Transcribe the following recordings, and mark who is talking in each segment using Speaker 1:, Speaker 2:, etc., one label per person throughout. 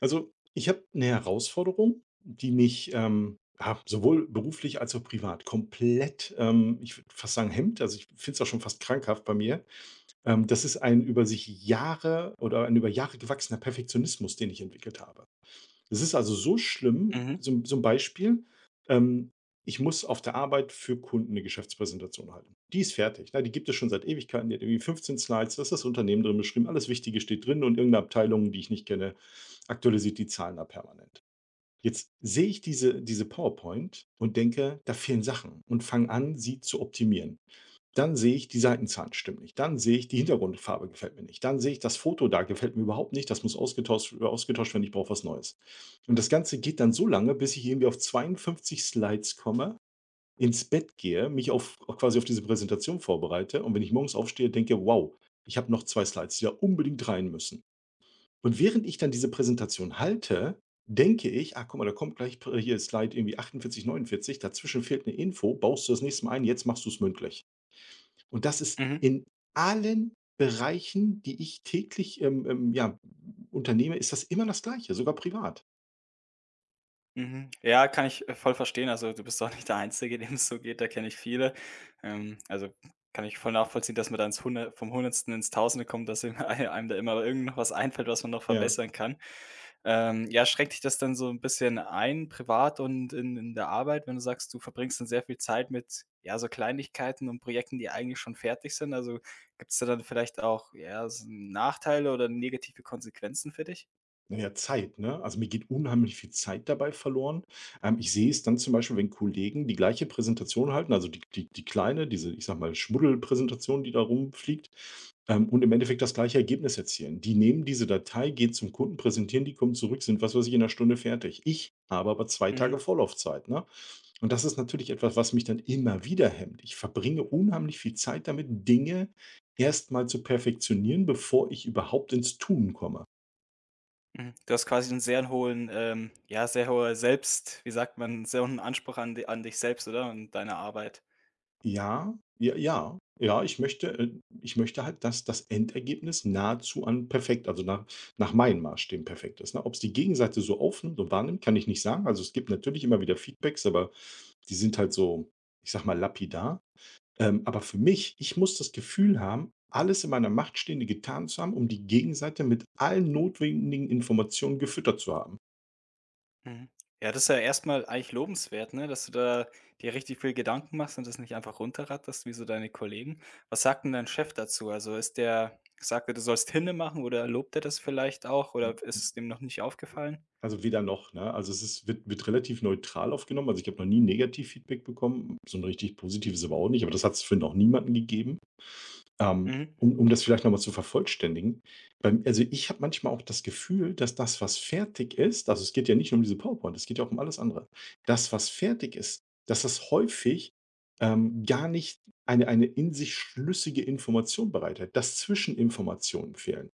Speaker 1: Also, ich habe eine Herausforderung, die mich, ja, sowohl beruflich als auch privat komplett, ich würde fast sagen, hemmt. Also, ich finde es auch schon fast krankhaft bei mir. Das ist ein über Jahre gewachsener Perfektionismus, den ich entwickelt habe. Es ist also so schlimm,
Speaker 2: Mhm,
Speaker 1: so 'n Beispiel, ähm, ich muss auf der Arbeit für Kunden eine Geschäftspräsentation halten. Die ist fertig, ne? Die gibt es schon seit Ewigkeiten. Die hat irgendwie 15 Slides, da ist das Unternehmen drin beschrieben, alles Wichtige steht drin und irgendeine 'ne Abteilung, die ich nicht kenne, aktualisiert die Zahlen da permanent. Jetzt sehe ich diese PowerPoint und denke, da fehlen Sachen, und fange an, sie zu optimieren. Dann sehe ich, die Seitenzahlen stimmen nicht. Dann sehe ich, die Hintergrundfarbe gefällt mir nicht. Dann sehe ich, das Foto da gefällt mir überhaupt nicht. Das muss ausgetauscht werden. Ich brauche was Neues. Und das Ganze geht dann so lange, bis ich irgendwie auf 52 Slides komme, ins Bett gehe, mich auf, quasi auf diese Präsentation vorbereite. Und wenn ich morgens aufstehe, denke, wow, ich habe noch zwei Slides, die da unbedingt rein müssen. Und während ich dann diese Präsentation halte, denke ich, ah, guck mal, da kommt gleich hier Slide irgendwie 48, 49, dazwischen fehlt eine Info, baust du das nächste Mal ein, jetzt machst du es mündlich. Und das ist
Speaker 2: mhm,
Speaker 1: in allen Bereichen, die ich täglich, ja, unternehme, ist das immer das Gleiche, sogar privat.
Speaker 2: mhm. Ja, kann ich, voll verstehen. Also, du bist doch nicht der Einzige, dem es so geht, da kenne ich viele. Ähm, also, Kann ich voll nachvollziehen, dass man dann ins Hundert vom Hundertsten ins Tausende kommt, dass einem einem da immer irgend noch was einfällt, was man noch
Speaker 1: Ja.
Speaker 2: verbessern kann. Ja, Schränkt dich das dann so ein bisschen ein, privat und in der Arbeit, wenn du sagst, du verbringst dann sehr viel Zeit mit, ja, so Kleinigkeiten und Projekten, die eigentlich schon fertig sind? Also, gibt es da dann vielleicht auch, ja, so Nachteile oder negative Konsequenzen für dich?
Speaker 1: Na ja, Zeit, ne? Also, mir geht unheimlich viel Zeit dabei verloren. Ich sehe es dann zum Beispiel, wenn Kollegen die gleiche Präsentation halten, also die kleine, diese, ich sage mal, Schmuddelpräsentation, die da rumfliegt. Und im Endeffekt das gleiche Ergebnis erzielen. Die nehmen diese Datei, gehen zum Kunden, präsentieren die, kommen zurück, sind, was weiß ich, in einer Stunde fertig. Ich habe aber zwei Tage
Speaker 2: Mhm.
Speaker 1: Vorlaufzeit, ne? Und das ist natürlich etwas, was mich dann immer wieder hemmt. Ich verbringe unheimlich viel Zeit damit, Dinge erstmal zu perfektionieren, bevor ich überhaupt ins Tun komme.
Speaker 2: Mhm. Du hast quasi einen sehr hohen ja, sehr hoher Selbst wie sagt man, sehr hohen Anspruch an di an dich selbst, oder? Und deine Arbeit.
Speaker 1: Ja, ja, ja. Ja, ich möchte halt, dass das Endergebnis nahezu an perfekt, also, nach meinen Maßstäben perfekt ist, ne? Ob es die Gegenseite so aufnimmt und wahrnimmt, kann ich nicht sagen. Also, es gibt natürlich immer wieder Feedbacks, aber die sind halt so, ich sage mal, lapidar. Aber für mich, ich muss das Gefühl haben, alles in meiner Macht Stehende getan zu haben, um die Gegenseite mit allen notwendigen Informationen gefüttert zu haben.
Speaker 2: Mhm. Ja, das ist ja erstmal eigentlich lobenswert, ne, dass du da dir richtig viel Gedanken machst und das nicht einfach runterratterst wie so deine Kollegen. Was sagt denn dein Chef dazu? Also, ist der sagt er, du sollst Hinne machen oder lobt er das vielleicht auch oder ist es dem noch nicht aufgefallen?
Speaker 1: Also weder noch, ne? Also, es ist, wird relativ neutral aufgenommen. Also, ich habe noch nie Negativfeedback bekommen, so ein richtig positives aber auch nicht, aber das hat es für noch niemanden gegeben. Ähm,
Speaker 2: Mhm,
Speaker 1: um das vielleicht noch mal zu vervollständigen, beim also, ich habe manchmal auch das Gefühl, dass das, was fertig ist, also es geht ja nicht nur um diese PowerPoint, es geht ja auch um alles andere. Das, was fertig ist, dass das häufig, gar nicht eine in sich schlüssige Information bereithält, dass Zwischeninformationen fehlen.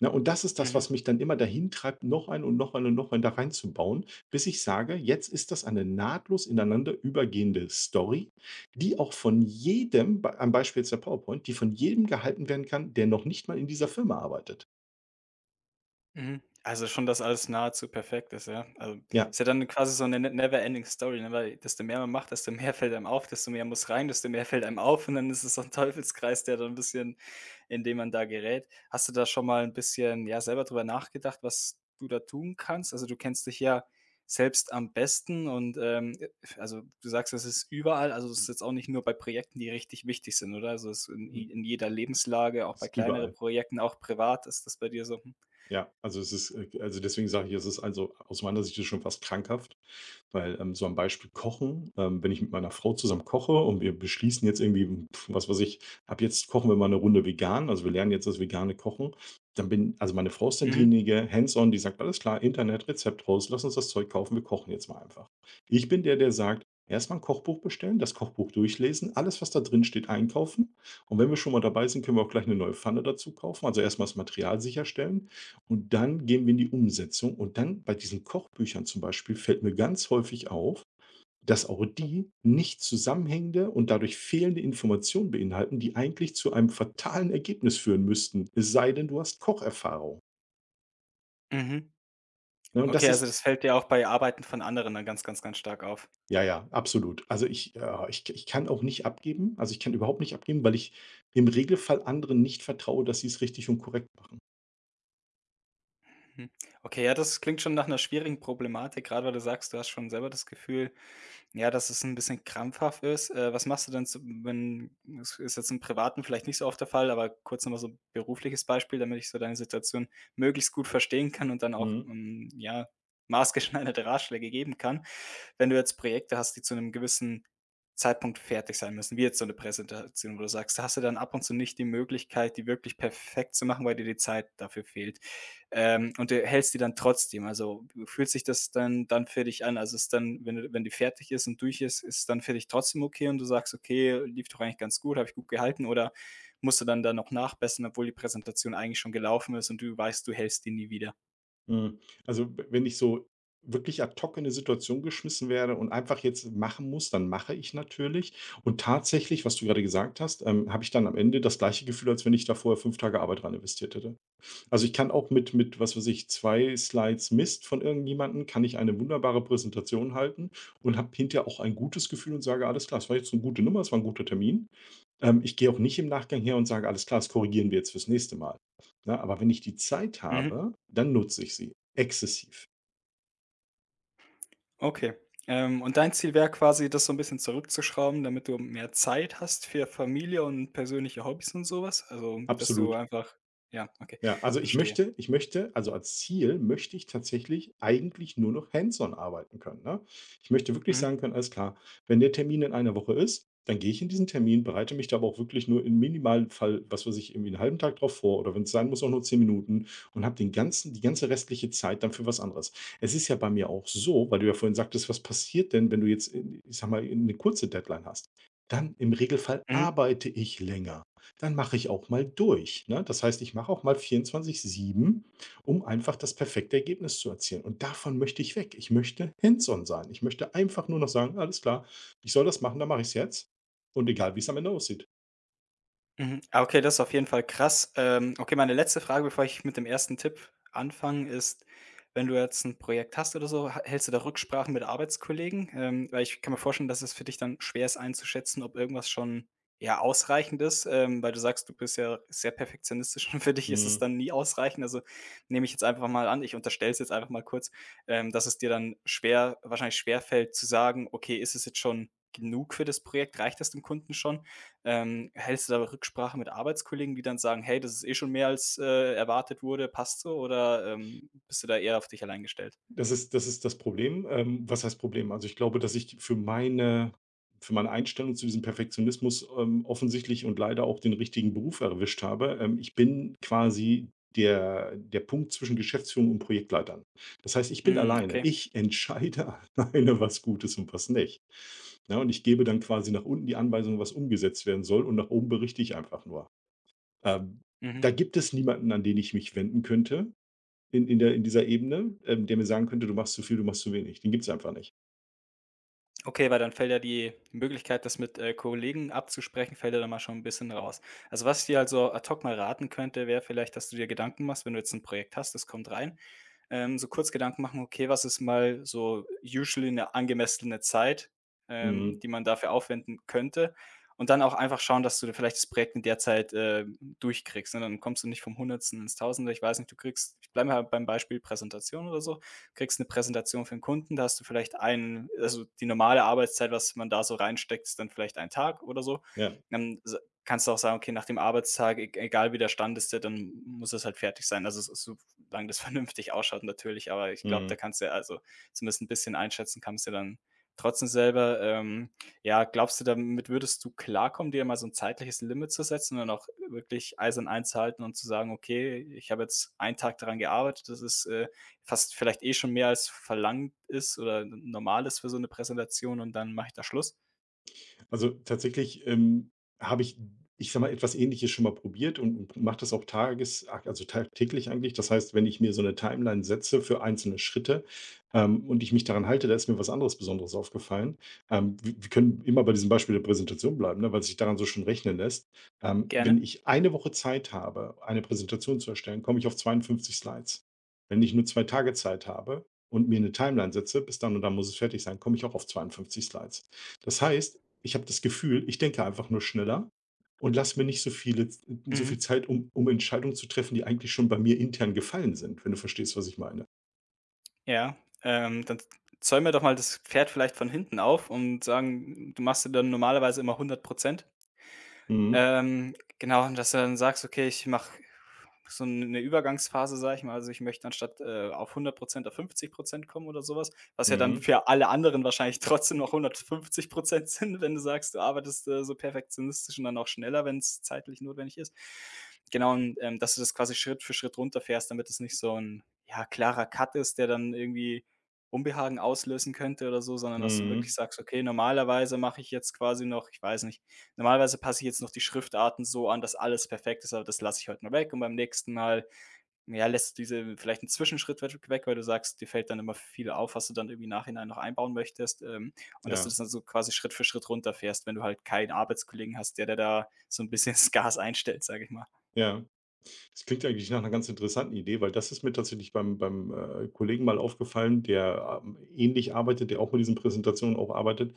Speaker 1: Na, und das ist das,
Speaker 2: mhm.
Speaker 1: was mich dann immer dahin treibt, noch ein und noch einen da reinzubauen, bis ich sage: „Jetzt ist das eine nahtlos ineinander übergehende Story, die auch von jedem, b am Beispiel jetzt der PowerPoint, die von jedem gehalten werden kann, der noch nicht mal in dieser Firma arbeitet.“
Speaker 2: Mhm. Also, schon, dass alles nahezu perfekt ist, ja? Also,
Speaker 1: Ja,
Speaker 2: ist ja dann quasi so eine ne-, Never-Ending Story, ne, weil desto mehr man macht, desto mehr fällt einem auf, desto mehr muss rein, desto mehr fällt einem auf und dann ist es so ein Teufelskreis, der dann 'n bisschen in dem man da gerät. Hast du da schon mal ein bisschen, ja, selber drüber nachgedacht, was du da tun kannst? Also, du kennst dich ja selbst am besten und, also, du sagst, es ist überall, also, es ist jetzt auch nicht nur bei Projekten, die richtig wichtig sind, oder? Also, es ist in
Speaker 1: mhm,
Speaker 2: in jeder Lebenslage, auch bei
Speaker 1: ist
Speaker 2: kleineren
Speaker 1: überall.
Speaker 2: Projekten, auch privat ist das bei dir so?
Speaker 1: Ja, also, es ist, also, deswegen sage ich, es ist, also aus meiner Sicht ist es schon fast krankhaft. Weil, so am Beispiel Kochen, wenn ich mit meiner Frau zusammen koche und wir beschließen jetzt irgendwie, was weiß ich, ab jetzt kochen wir mal eine Runde vegan, also, wir lernen jetzt das vegane Kochen, dann bin also, meine Frau ist dann
Speaker 2: Mhm.
Speaker 1: diejenige hands on, die sagt: „Alles klar, Internet, Rezept raus, lass uns das Zeug kaufen, wir kochen jetzt mal einfach.“ Ich bin der, der sagt: erstmal mal Kochbuch bestellen, das Kochbuch durchlesen, alles, was da drin steht, einkaufen und wenn wir schon mal dabei sind, können wir auch gleich eine neue Pfanne dazu kaufen.“ Also, erstmal das Material sicherstellen. Und dann gehen wir in die Umsetzung, und dann bei diesen Kochbüchern zum Beispiel fällt mir ganz häufig auf, dass auch die nicht zusammenhängende und dadurch fehlende Informationen beinhalten, die eigentlich zu einem fatalen Ergebnis führen müssten, es sei denn, du hast Kocherfahrung.
Speaker 2: Mhm.
Speaker 1: Ne, und das
Speaker 2: Okay, also
Speaker 1: ist
Speaker 2: das fällt dir auch bei Arbeiten von anderen dann ganz, ganz, ganz stark auf.
Speaker 1: ja, ja, absolut. Also ich, ich kann auch nicht abgeben. Also, ich kann überhaupt nicht abgeben, weil ich im Regelfall anderen nicht vertraue, dass sie es richtig und korrekt machen.
Speaker 2: Mhm. Okay, ja, das klingt schon nach einer schwierigen Problematik, gerade weil du sagst, du hast schon selber das Gefühl, ja, dass es ein bisschen krampfhaft ist. Was machst du denn so, wenn es ist jetzt im Privaten vielleicht nicht so oft der Fall, aber kurz nochmal so 'n berufliches Beispiel, damit ich so deine Situation möglichst gut verstehen kann und dann auch,
Speaker 1: Mhm.
Speaker 2: hm, ja, maßgeschneiderte Ratschläge geben kann. Wenn du jetzt Projekte hast, die zu einem gewissen Zeitpunkt fertig sein müssen, wie jetzt so eine Präsentation, wo du sagst, da hast du dann ab und zu nicht die Möglichkeit, die wirklich perfekt zu machen, weil dir die Zeit dafür fehlt. Und du hältst die dann trotzdem. Also, fühlt sich das dann für dich an? Also, ist dann, wenn du wenn die fertig ist und durch ist, ist es dann für dich trotzdem okay und du sagst: „Okay, lief doch eigentlich ganz gut, habe ich gut gehalten?“ Oder musst du dann da noch nachbessern, obwohl die Präsentation eigentlich schon gelaufen ist und du weißt, du hältst die nie wieder?
Speaker 1: Hm, also, w wenn ich so wirklich ad hoc in 'ne Situation geschmissen werde und einfach jetzt machen muss, dann mache ich natürlich. Und tatsächlich, was du gerade gesagt hast, habe ich dann am Ende das gleiche Gefühl, als wenn ich da vorher 5 Tage Arbeit rein investiert hätte. Also, ich kann auch mit was weiß ich, 2 Slides Mist von irgendjemandem kann ich eine wunderbare Präsentation halten und habe hinterher auch ein gutes Gefühl und sage: „Alles klar, es war jetzt eine gute Nummer, es war ein guter Termin.“ Ich gehe auch nicht im Nachgang her und sage: „Alles klar, das korrigieren wir jetzt fürs nächste Mal.“ Ne, aber wenn ich die Zeit
Speaker 2: Mhm.
Speaker 1: habe, dann nutze ich sie exzessiv,
Speaker 2: Okay. Und dein Ziel wäre quasi, das so ein bisschen zurückzuschrauben, damit du mehr Zeit hast für Familie und persönliche Hobbys und sowas. Also, dass du
Speaker 1: absolut.
Speaker 2: einfach ja, okay,
Speaker 1: Ja, also ich
Speaker 2: verstehe.
Speaker 1: möchte ich möchte also als Ziel möchte ich tatsächlich eigentlich nur noch hands-on arbeiten können, ne? Ich möchte wirklich
Speaker 2: Mhm.
Speaker 1: sagen können: „Alles klar, wenn der Termin in einer Woche ist, dann gehe ich in diesen Termin, bereite mich da aber auch wirklich nur im minimalen Fall, was weiß ich, irgendwie 'n halben Tag drauf vor, oder wenn es sein muss, auch nur 10 Minuten, und habe den ganzen die ganze restliche Zeit dann für was anderes.“ Es ist ja bei mir auch so, weil du ja vorhin sagtest: „Was passiert denn, wenn du jetzt, in, ich sage mal, eine kurze Deadline hast?“ Dann, im Regelfall,
Speaker 2: Mhm.
Speaker 1: arbeite ich länger. Dann mache ich auch mal durch, ne? Das heißt, ich mache auch mal 24/7, um einfach das perfekte Ergebnis zu erzielen. Und davon möchte ich weg. Ich möchte hands-on sein. Ich möchte einfach nur noch sagen: „Alles klar, ich soll das machen, dann mache ich es jetzt.“ Und egal, wie es am Ende aussieht.
Speaker 2: Mhm. Ah, okay, das ist auf jeden Fall krass. Okay, meine letzte Frage, bevor ich mit dem ersten Tipp anfange, ist, wenn du jetzt ein Projekt hast oder so, ha hältst du da Rücksprachen mit Arbeitskollegen? Weil ich kann mir vorstellen, dass es für dich dann schwer ist einzuschätzen, ob irgendwas schon, ja, ausreichend ist, weil du sagst, du bist ja sehr perfektionistisch und für dich ist es
Speaker 1: Mhm.
Speaker 2: dann nie ausreichend. Also, nehme ich jetzt einfach mal an ich unterstelle es jetzt einfach mal kurz, dass es dir dann schwer wahrscheinlich schwer fällt zu sagen: „Okay, ist es jetzt schon genug für das Projekt? Reicht das dem Kunden schon?“ Ähm, hältst du da Rücksprache mit Arbeitskollegen, die dann sagen: „Hey, das ist eh schon mehr als, erwartet wurde, passt so?“ Oder, bist du da eher auf dich allein gestellt?
Speaker 1: Das ist das Problem. Was heißt Problem? Also, ich glaube, dass ich für meine Einstellung zu diesem Perfektionismus, offensichtlich und leider auch den richtigen Beruf erwischt habe. Ich bin quasi der Punkt zwischen Geschäftsführung und Projektleitern. Das heißt, ich bin
Speaker 2: Hm,
Speaker 1: alleine.
Speaker 2: okay.
Speaker 1: Ich entscheide alleine, was gut ist und was nicht. Ja, und ich gebe dann quasi nach unten die Anweisung, was umgesetzt werden soll, und nach oben berichte ich einfach nur. Ähm,
Speaker 2: Mhm.
Speaker 1: Da gibt es niemanden, an den ich mich wenden könnte. In dieser Ebene, der mir sagen könnte: „Du machst zu viel, du machst zu wenig.“ Den gibt's einfach nicht.
Speaker 2: Okay, weil dann fällt ja die Möglichkeit, das mit, Kollegen abzusprechen, fällt ja dann mal schon ein bisschen raus. Also, was ich dir also so ad hoc mal raten könnte, wäre vielleicht, dass du dir Gedanken machst, wenn du jetzt ein Projekt hast, das kommt rein, so kurz Gedanken machen, okay, was ist mal so usually eine angemessene Zeit,
Speaker 1: Mhm.
Speaker 2: die man dafür aufwenden könnte. Und dann auch einfach schauen, dass du vielleicht das Projekt in der Zeit, durchkriegst, ne? Dann kommst du nicht vom Hundertsten ins Tausende. Ich weiß nicht, du kriegst ich bleibe mal beim Beispiel Präsentation oder so, kriegst eine Präsentation für einen Kunden, da hast du vielleicht einen also, die normale Arbeitszeit, was man da so reinsteckt, ist dann vielleicht ein Tag oder so.
Speaker 1: Ja.
Speaker 2: Dann s Kannst du auch sagen: „Okay, nach dem Arbeitstag, e egal wie der Stand ist, ja, dann muss es halt fertig sein.“ Also, so solange das vernünftig ausschaut natürlich, aber ich glaube, da
Speaker 1: Mhm.
Speaker 2: kannst du ja also zumindest ein bisschen einschätzen kannst du ja dann trotzdem selber. Ja, glaubst du, damit würdest du klarkommen, dir mal so ein zeitliches Limit zu setzen und dann auch wirklich eisern einzuhalten und zu sagen: „Okay, ich habe jetzt einen Tag daran gearbeitet.“ Das ist, fast vielleicht eh schon mehr als verlangt ist oder normal ist für so eine Präsentation und dann mache ich da Schluss?
Speaker 1: Also, tatsächlich, habe ich, ich sage mal, etwas Ähnliches schon mal probiert und mache das auch, tages also tagtäglich eigentlich. Das heißt, wenn ich mir so eine Timeline setze für einzelne Schritte, und ich mich daran halte, da ist mir was anderes Besonderes aufgefallen. Wir können immer bei diesem Beispiel der Präsentation bleiben, ne, weil sich daran so schon rechnen lässt. Wenn
Speaker 2: Gerne.
Speaker 1: ich eine Woche Zeit habe, eine Präsentation zu erstellen, komme ich auf 52 Slides. Wenn ich nur 2 Tage Zeit habe und mir eine Timeline setze, bis dann und dann muss es fertig sein, komme ich auch auf 52 Slides. Das heißt, ich habe das Gefühl, ich denke einfach nur schneller und lasse mir nicht so viel
Speaker 2: Mhm.
Speaker 1: Zeit, um Entscheidungen zu treffen, die eigentlich schon bei mir intern gefallen sind, wenn du verstehst, was ich meine.
Speaker 2: Ja, dann z zäum mir doch mal das Pferd vielleicht von hinten auf und sagen, du machst dir dann normalerweise immer 100%?
Speaker 1: Mhm.
Speaker 2: Genau, und dass du dann sagst: „Okay, ich mache so eine Übergangsphase“, sage ich mal. Also, ich möchte anstatt, auf 100% auf 50% kommen oder sowas was, ja dann
Speaker 1: Mhm.
Speaker 2: für alle anderen wahrscheinlich trotzdem noch 150% sind, wenn du sagst, du arbeitest, so perfektionistisch und dann auch schneller, wenn es zeitlich notwendig ist. Genau, und, dass du das quasi Schritt für Schritt runterfährst, damit es nicht so ein ja, klarer Cut ist, der dann irgendwie Unbehagen auslösen könnte oder so, sondern dass du wirklich
Speaker 1: Mhm.
Speaker 2: sagst: „Okay, normalerweise mache ich jetzt quasi noch“ ich weiß nicht, normalerweise passe ich jetzt noch die Schriftarten so an, dass alles perfekt ist, aber das lasse ich heute mal weg und beim nächsten Mal, ja, lässt du diese vielleicht 'n Zwischenschritt weg weil du sagst, dir fällt dann immer viel auf, was du dann irgendwie im Nachhinein noch einbauen möchtest, und dass du
Speaker 1: Ja,
Speaker 2: das dann so quasi Schritt für Schritt runterfährst, wenn du halt keinen Arbeitskollegen hast, der dir da so ein bisschen das Gas einstellt, sage ich mal.
Speaker 1: ja. Das klingt ja eigentlich nach einer ganz interessanten Idee, weil das ist mir tatsächlich beim Kollegen mal aufgefallen, der, ähnlich arbeitet, der auch mit diesen Präsentationen auch arbeitet.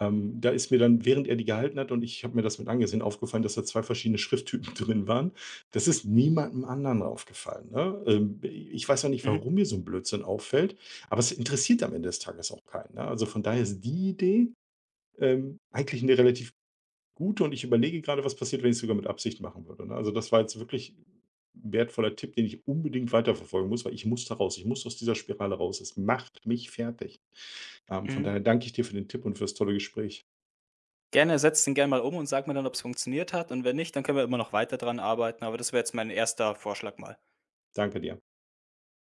Speaker 1: Da ist mir dann, während er die gehalten hat und ich habe mir das mit angesehen, aufgefallen, dass da 2 verschiedene Schrifttypen drin waren. Das ist niemandem anderen aufgefallen, ne? Ich weiß ja nicht,
Speaker 2: Mhm,
Speaker 1: warum mir so ein Blödsinn auffällt, aber es interessiert am Ende des Tages auch keinen, ne? Also, von daher ist die Idee, eigentlich eine relativ gute, und ich überlege gerade, was passiert, wenn ich es sogar mit Absicht machen würde, ne? Also, das war jetzt wirklich 'n wertvoller Tipp, den ich unbedingt weiterverfolgen muss, weil ich muss da raus. Ich muss aus dieser Spirale raus. Es macht mich fertig. Von
Speaker 2: mhm.
Speaker 1: daher danke ich dir für den Tipp und für das tolle Gespräch.
Speaker 2: Gerne, setz den gerne mal um und sag mir dann, ob es funktioniert hat und wenn nicht, dann können wir immer noch weiter dran arbeiten, aber das wäre jetzt mein erster Vorschlag mal.
Speaker 1: Danke dir.